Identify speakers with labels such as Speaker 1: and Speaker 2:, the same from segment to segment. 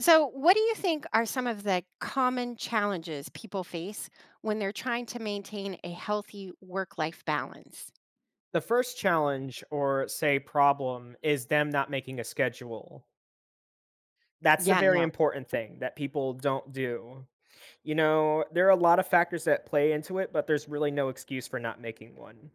Speaker 1: So, what do you think are some of the common challenges people face when they're trying to maintain a healthy work life balance?
Speaker 2: The first challenge or say problem is them not making a schedule. That's the
Speaker 1: Yeah,
Speaker 2: very
Speaker 1: no,
Speaker 2: important thing that people don't do. You know, there are a lot of factors that play into it, but there's really no excuse for not making one.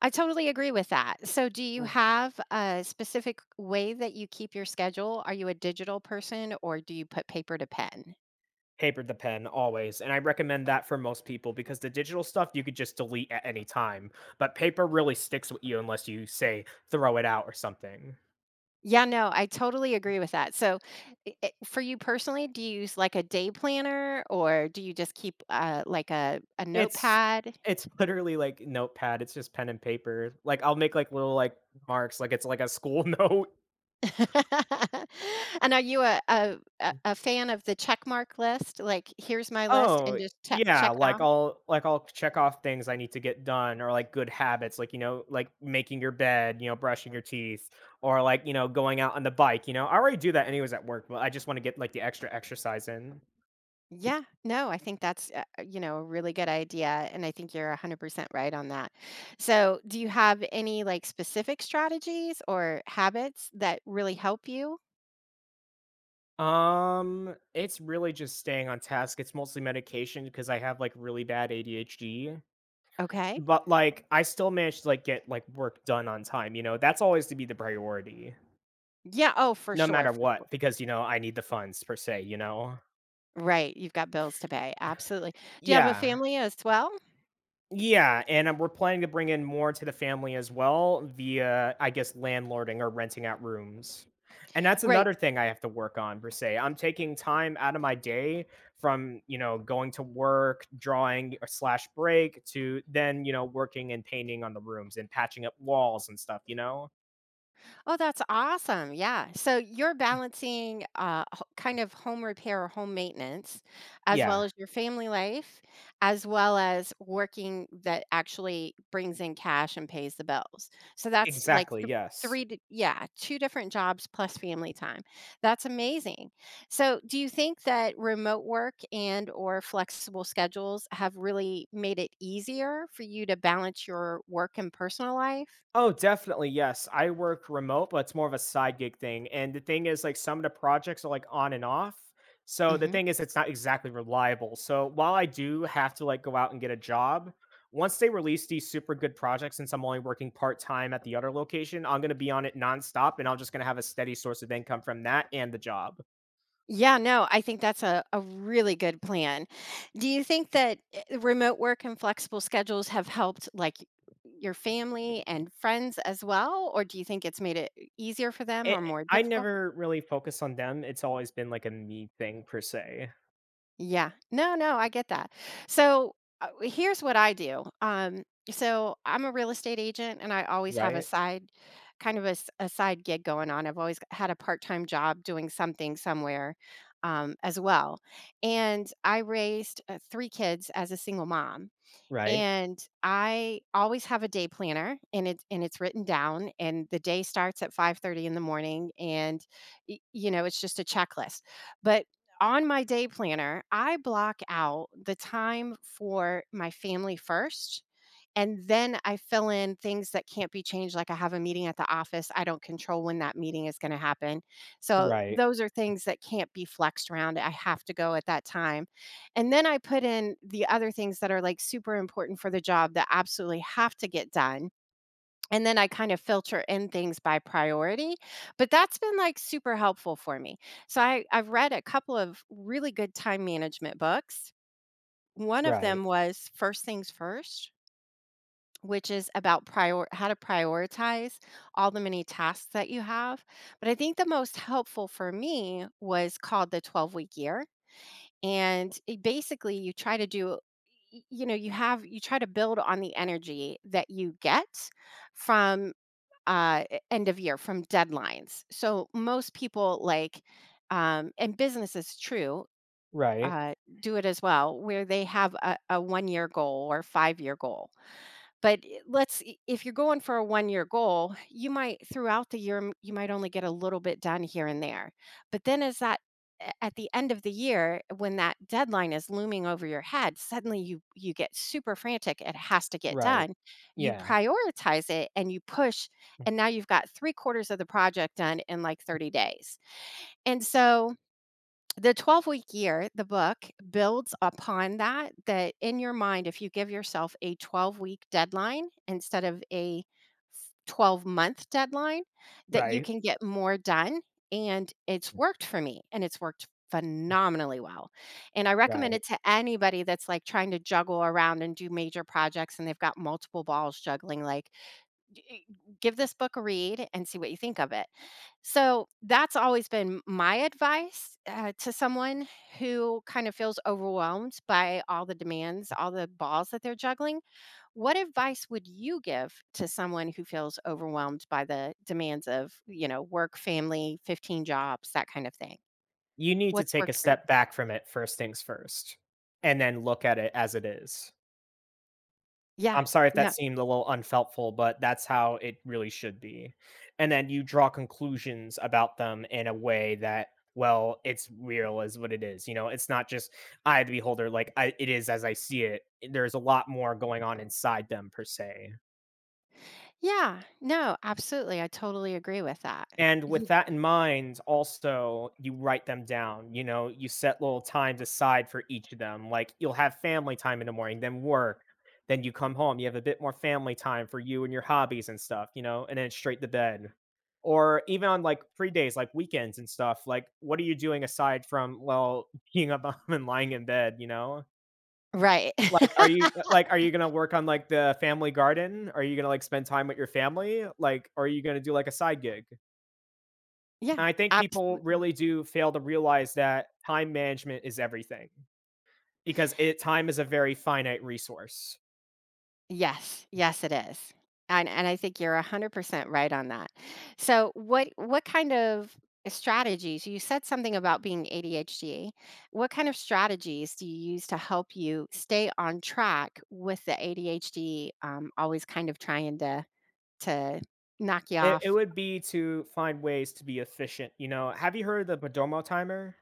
Speaker 1: I totally agree with that. So, do you
Speaker 2: Mm.
Speaker 1: have a specific way that you keep your schedule? Are you a digital person or do you put paper to pen?
Speaker 2: Paper the pen always, and I recommend that for most people because the digital stuff you could just delete at any time, but paper really sticks with you unless you say throw it out or something.
Speaker 1: Yeah, no, I totally agree with that. So, for you personally, do you use like a day planner or do you just keep like a
Speaker 2: It's
Speaker 1: notepad?
Speaker 2: it's literally like notepad, it's just pen and paper. Like, I'll make, like, little, like, marks, like it's like a school note.
Speaker 1: And are you a fan of the checkmark list? Like, here's my list and
Speaker 2: Oh,
Speaker 1: just check
Speaker 2: yeah,
Speaker 1: check it off?
Speaker 2: like, I'll check off things I need to get done or, like, good habits, like, you know, like, making your bed, you know, brushing your teeth, or, like, you know, going out on the bike, you know? I already do that anyways at work, but I just wanna get, like, the extra exercise in.
Speaker 1: Yeah, no, I think that's, a really good idea, and I think you're 100% right on that. So, do you have any, like, specific strategies or habits that really help you?
Speaker 2: It's really just staying on task, it's mostly medication because I have, like, really bad ADHD.
Speaker 1: Okay.
Speaker 2: But, like, I still managed to, like, get, like, work done on time, you know? That's always to be the priority,
Speaker 1: Yeah, oh, for
Speaker 2: no
Speaker 1: sure,
Speaker 2: matter
Speaker 1: for sure.
Speaker 2: what, because, you know, I need the funds per se, you know?
Speaker 1: Right, you've got bills to pay, absolutely. Do you have a
Speaker 2: Yeah.
Speaker 1: family as well?
Speaker 2: Yeah, and, we're planning to bring in more to the family as well via, I guess, landlording or renting out rooms. And that's
Speaker 1: Right.
Speaker 2: another thing I have to work on per se. I'm taking time out of my day from, you know, going to work, drawing or slash break to then, you know, working and painting on the rooms and patching up walls and stuff, you know?
Speaker 1: Oh, that's awesome. Yeah. So you're balancing kind of home repair or home maintenance, as well
Speaker 2: Yeah.
Speaker 1: as your family life, as well as working that actually brings in cash and pays the bills. So that's like
Speaker 2: Exactly, yes.
Speaker 1: three, yeah, two different jobs plus family time. That's amazing. So do you think that remote work and or flexible schedules have really made it easier for you to balance your work and personal life?
Speaker 2: Oh, definitely. Yes. I work remote, but it's more of a side gig thing. And the thing is, like, some of the projects are like on and off. So the
Speaker 1: Mm-hmm.
Speaker 2: thing is, it's not exactly reliable. So while I do have to like go out and get a job, once they release these super good projects, since I'm only working part time at the other location, I'm going to be on it nonstop and I'm just going to have a steady source of income from that and the job.
Speaker 1: Yeah, no, I think that's a really good plan. Do you think that remote work and flexible schedules have helped like your family and friends as well? Or do you think it's made it easier for them or
Speaker 2: It
Speaker 1: more
Speaker 2: I
Speaker 1: difficult?
Speaker 2: never really focus on them, it's always been, like, a me thing per se.
Speaker 1: Yeah. No, no, I get that. So here's what I do. So I'm a real estate agent and I always have a
Speaker 2: Right,
Speaker 1: side kind of a side gig going on. I've always had a part-time job doing something somewhere as well. And I raised three kids as a single mom.
Speaker 2: right,
Speaker 1: And I always have a day planner, and it's written down, and the day starts at 5:30 in the morning, and you know it's just a checklist. But on my day planner, I block out the time for my family first, and then I fill in things that can't be changed, like I have a meeting at the office. I don't control when that meeting is going to happen. So
Speaker 2: right,
Speaker 1: those are things that can't be flexed around. I have to go at that time. And then I put in the other things that are like super important for the job that absolutely have to get done. And then I kind of filter in things by priority, but that's been like super helpful for me. So I've read a couple of really good time management books. One of
Speaker 2: right,
Speaker 1: them was First Things First, which is about prior how to prioritize all the many tasks that you have. But I think the most helpful for me was called the 12-week year. And it basically, you try to do, you try to build on the energy that you get from end of year, from deadlines. So most people and business is true.
Speaker 2: right,
Speaker 1: Uh, do it as well, where they have a one year goal or 5-year goal, but I let's I if you're going for a one-year goal, you might throughout the year, m you might only get a little bit done here and there. But then, as that a at the end of the year, when that deadline is looming over your head, suddenly you get super frantic, it has to get
Speaker 2: right.
Speaker 1: done. You
Speaker 2: Yeah,
Speaker 1: prioritize it and you push, and now you've got 3 quarters of the project done in, like, 30 days. And so the 12 Week Year, the book, builds upon that, that in your mind, if you give yourself a 12-week deadline instead of a f 12-month deadline, that you
Speaker 2: right,
Speaker 1: can get more done, and it's worked for me, and it's worked phenomenally well, and I recommend
Speaker 2: right.
Speaker 1: it to anybody that's, like, trying to juggle around and do major projects and they've got multiple balls juggling, like, d- eh, give this book a read and see what you think of it. So that's always been my advice to someone who kind of feels overwhelmed by all the demands, all the balls that they're juggling. What advice would you give to someone who feels overwhelmed by the demands of, work, family, 15 jobs, that kind of thing?
Speaker 2: You need to
Speaker 1: What's
Speaker 2: take a
Speaker 1: worked for you?
Speaker 2: step back from it first things first, and then look at it as it is.
Speaker 1: Yeah.
Speaker 2: I'm sorry if that
Speaker 1: No.
Speaker 2: seemed a little unhelpful, but that's how it really should be. And then you draw conclusions about them in a way that, well, it's real is what it is. You know, it's not just eye of the beholder, like I, it is as I see it. There's a lot more going on inside them per se.
Speaker 1: Yeah. No, absolutely. I totally agree with that.
Speaker 2: And with
Speaker 1: You-
Speaker 2: that in mind, also, you write them down. You know, you set little times aside for each of them. Like you'll have family time in the morning, then work, then you come home. You have a bit more family time for you and your hobbies and stuff, you know, and then straight to bed. Or even on like free days, like weekends and stuff, like what are you doing aside from, well, being up and lying in bed, you know?
Speaker 1: right.
Speaker 2: Like, are you gonna work on like the family garden? Are you gonna like spend time with your family? Like, are you gonna do like a side gig?
Speaker 1: Yeah.
Speaker 2: And I think people
Speaker 1: Absolutely.
Speaker 2: really do fail to realize that time management is everything because it time is a very finite resource.
Speaker 1: Yes, yes, it is. And I think you're 100% right on that. So what kind of strategies, you said something about being ADHD. What kind of strategies do you use to help you stay on track with the ADHD, always kind of trying to knock you
Speaker 2: It
Speaker 1: off?
Speaker 2: would be to find ways to be efficient, you know? Have you heard of the Podomo timer?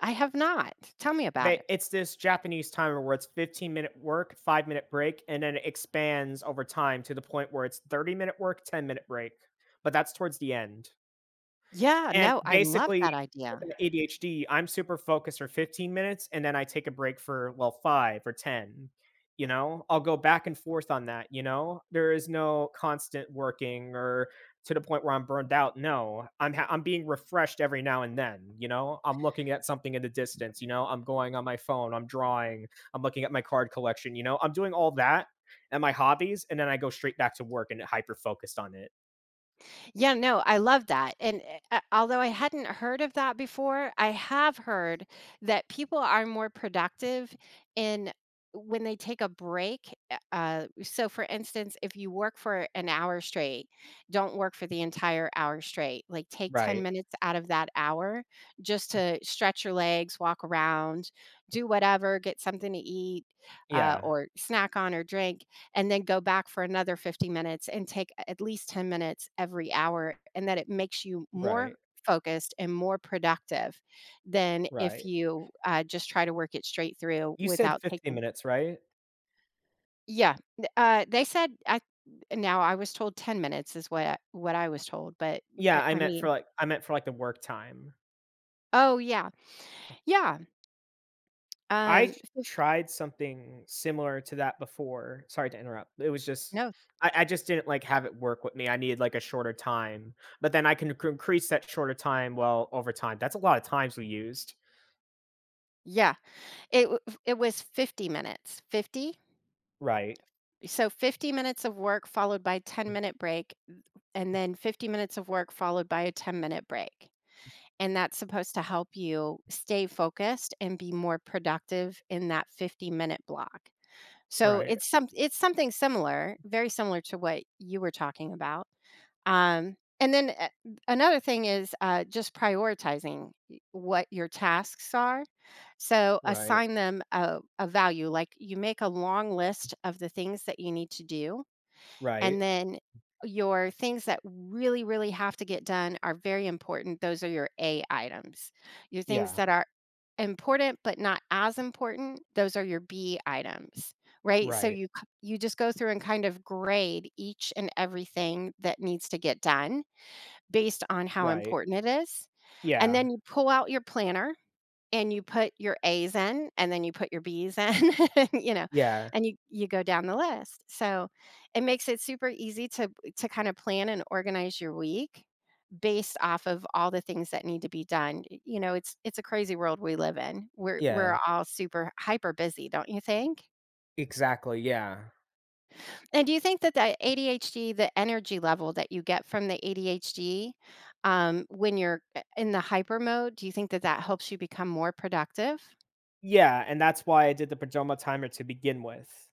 Speaker 1: I have not. Tell me about
Speaker 2: They
Speaker 1: it.
Speaker 2: It's this Japanese timer where it's 15-minute work, five-minute break, and then it expands over time to the point where it's 30-minute work, ten-minute break, but that's towards the end.
Speaker 1: Yeah,
Speaker 2: And
Speaker 1: no, I love
Speaker 2: basically,
Speaker 1: that
Speaker 2: with
Speaker 1: idea.
Speaker 2: that ADHD, I'm super focused for 15 minutes and then I take a break for, well, 5 or 10, you know? I'll go back and forth on that, you know? There is no constant working or to the point where I'm burned out. No, I'm I'm being refreshed every now and then, you know? I'm looking at something in the distance, you know? I'm going on my phone, I'm drawing, I'm looking at my card collection, you know? I'm doing all that and my hobbies and then I go straight back to work and hyper focused on it.
Speaker 1: Yeah, no, I love that. And although I hadn't heard of that before, I have heard that people are more productive in when they take a break. So, for instance, if you work for an hour straight, don't work for the entire hour straight. Like, take 10
Speaker 2: Right.
Speaker 1: minutes out of that hour just to stretch your legs, walk around, do whatever, get something to eat
Speaker 2: Yeah.
Speaker 1: or snack on or drink, and then go back for another 50 minutes and take at least 10 minutes every hour, and that it makes you more
Speaker 2: Right.
Speaker 1: focused and more productive than if
Speaker 2: Right.
Speaker 1: you just try to work it straight through
Speaker 2: You said
Speaker 1: without
Speaker 2: 15
Speaker 1: taking.
Speaker 2: minutes, right?
Speaker 1: Yeah, they said I now I was told 10 minutes is what I was told, but
Speaker 2: Yeah,
Speaker 1: i,
Speaker 2: I
Speaker 1: I
Speaker 2: meant for,
Speaker 1: mean,
Speaker 2: I meant for, like, the work time.
Speaker 1: oh yeah, yeah,
Speaker 2: I
Speaker 1: um
Speaker 2: t
Speaker 1: fif-
Speaker 2: Tried something similar to that before. Sorry to interrupt. It was just
Speaker 1: no,
Speaker 2: I just didn't, like, have it work with me. I needed, like, a shorter time, but then I can c increase that shorter time, well, over time. That's a lot of times we used.
Speaker 1: yeah, it it was 50 minutes, 50,
Speaker 2: Right,
Speaker 1: so 50 minutes of work followed by 10 minute break, and then 50 minutes of work followed by a 10-minute break. And that's supposed to help you stay focused and be more productive in that 50-minute block. So,
Speaker 2: right,
Speaker 1: it's something similar, very similar to what you were talking about. And then a another thing is, just prioritizing y what your tasks are. So,
Speaker 2: right,
Speaker 1: assign them a value, like, you make a long list of the things that you need to do,
Speaker 2: right.
Speaker 1: and then your things that really, really have to get done are very important. Those are your A items. Your things
Speaker 2: Yeah,
Speaker 1: that are important but not as important, those are your B items, right? So
Speaker 2: right,
Speaker 1: you you just go through and kind of grade each and everything that needs to get done based on how
Speaker 2: right.
Speaker 1: important it is. And
Speaker 2: Yeah,
Speaker 1: then you pull out your planner and you put your A's in, and then you put your B's in, and, you know,
Speaker 2: yeah,
Speaker 1: and you go down the list. So, it makes it super easy to kinda plan and organize your week based off of all the things that need to be done. Y You know, it's a crazy world we live in. We're
Speaker 2: yeah.
Speaker 1: we're all super hyper busy, don't you think?
Speaker 2: Exactly, yeah.
Speaker 1: And do you think that the ADHD, the energy level that you get from the ADHD, when you're, in the hyper mode, do you think that that helps you become more productive?
Speaker 2: Yeah, and that's why I did the pajama timer to begin with.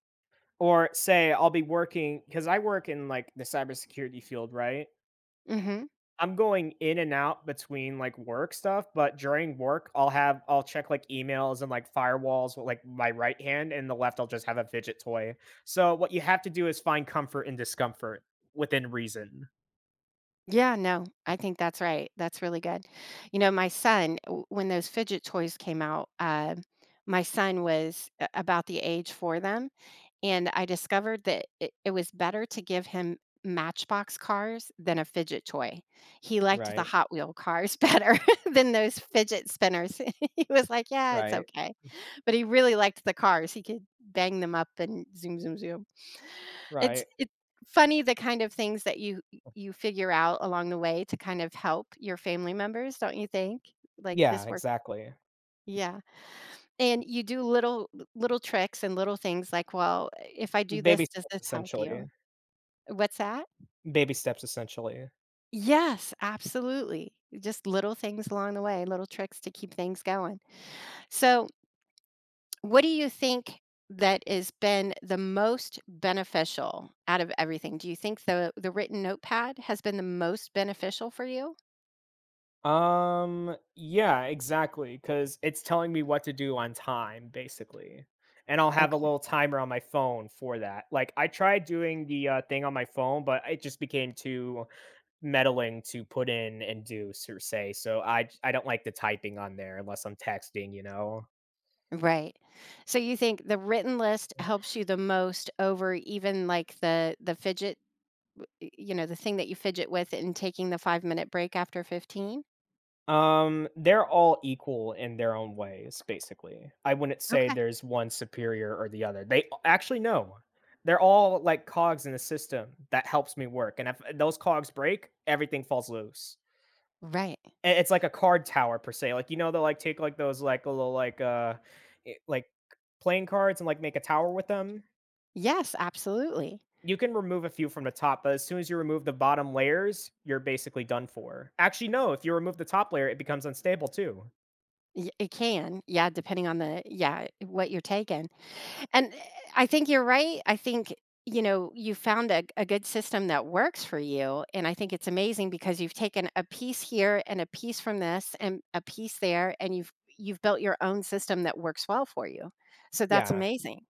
Speaker 2: Or say I'll be working because I work in like the cybersecurity field, right?
Speaker 1: Mhm.
Speaker 2: I'm going in and out between like work stuff, but during work, I'll check like emails and like firewalls with like my right hand, and the left I'll just have a fidget toy. So what you have to do is find comfort in discomfort within reason.
Speaker 1: Yeah, no, I think that's right. That's really good. You know, my son, when those fidget toys came out, my son was about the age for them. And I discovered that it was better to give him Matchbox cars than a fidget toy. He liked the
Speaker 2: Right,
Speaker 1: Hot Wheel cars better than those fidget spinners. He was like, "Yeah, it's
Speaker 2: right,
Speaker 1: okay." But he really liked the cars. He could bang them up and zoom, zoom, zoom. It's
Speaker 2: right.
Speaker 1: it's funny the kind of things that you figure out along the way to kind of help your family members, don't you think? Like
Speaker 2: Yeah,
Speaker 1: this work,
Speaker 2: exactly.
Speaker 1: yeah, and you do little tricks and little things like, "Well, if I do
Speaker 2: Baby
Speaker 1: this, does
Speaker 2: steps,
Speaker 1: this help
Speaker 2: essentially.
Speaker 1: you?" What's that?
Speaker 2: Baby steps, essentially.
Speaker 1: Yes, absolutely. Just little things along the way, little tricks to keep things going. So, what do you think that has been the most beneficial out of everything? Do you think the written notepad has been the most beneficial for you?
Speaker 2: Yeah, exactly. Cause it's telling me what to do on time, basically, and I'll have a
Speaker 1: Okay.
Speaker 2: little timer on my phone for that. Like, I tried doing the, thing on my phone, but it just became too meddling to put in and do, so say, so I don't like the typing on there unless I'm texting, you know?
Speaker 1: Right. So you think the written list helps you the most over even like the fidget, you know, the thing that you fidget with and taking the 5-minute break after 15?
Speaker 2: They're all equal in their own ways, basically. I wouldn't say
Speaker 1: Okay.
Speaker 2: there's one superior or the other. They actually no. They're all like cogs in the system that helps me work. And if those cogs break, everything falls loose.
Speaker 1: Right.
Speaker 2: It's like a card tower per se. Like you know, they'll like take like those like little like like playing cards and like make a tower with them.
Speaker 1: Yes, absolutely.
Speaker 2: You can remove a few from the top, but as soon as you remove the bottom layers, you're basically done for. Actually, no, if you remove the top layer, it becomes unstable too.
Speaker 1: It can. Yeah, depending on the, yeah, what you're taking. And I think you're right. I think, you found a good system that works for you. And I think it's amazing because you've taken a piece here and a piece from this and a piece there, and you've built your own system that works well for you. So that's
Speaker 2: Yeah,
Speaker 1: amazing.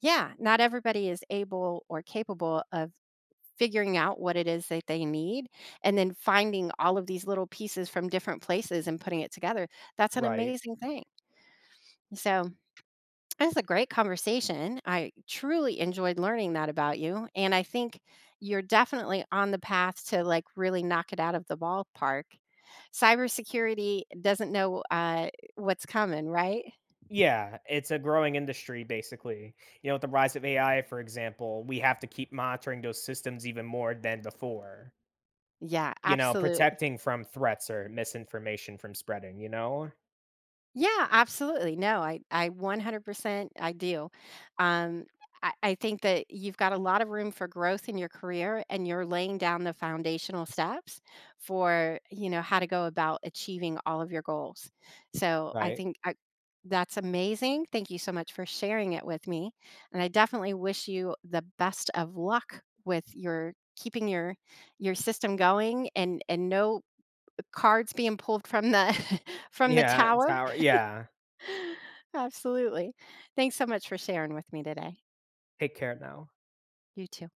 Speaker 1: Yeah, not everybody is able or capable of figuring out what it is that they need and then finding all of these little pieces from different places and putting it together. That's an
Speaker 2: right.
Speaker 1: amazing thing. So that's a great conversation. I truly enjoyed learning that about you, and I think you're definitely on the path to, like, really knock it out of the ballpark. Cybersecurity doesn't know, what's coming, right?
Speaker 2: Yeah, it's a growing industry basically. You know, with the rise of AI, for example, we have to keep monitoring those systems even more than before.
Speaker 1: Yeah,
Speaker 2: You know,
Speaker 1: absolutely.
Speaker 2: protecting from threats or misinformation from spreading, you know?
Speaker 1: Yeah, absolutely. No, I 100% I do. Um, I think that you've got a lot of room for growth in your career, and you're laying down the foundational steps for how to go about achieving all of your goals. So
Speaker 2: Right.
Speaker 1: that's amazing. Thank you so much for sharing it with me, and I definitely wish you the best of luck with your keeping your system going and no cards being pulled from the from the
Speaker 2: Yeah,
Speaker 1: tower.
Speaker 2: tower. Yeah.
Speaker 1: Absolutely. Thanks so much for sharing with me today.
Speaker 2: Take care now.
Speaker 1: You too.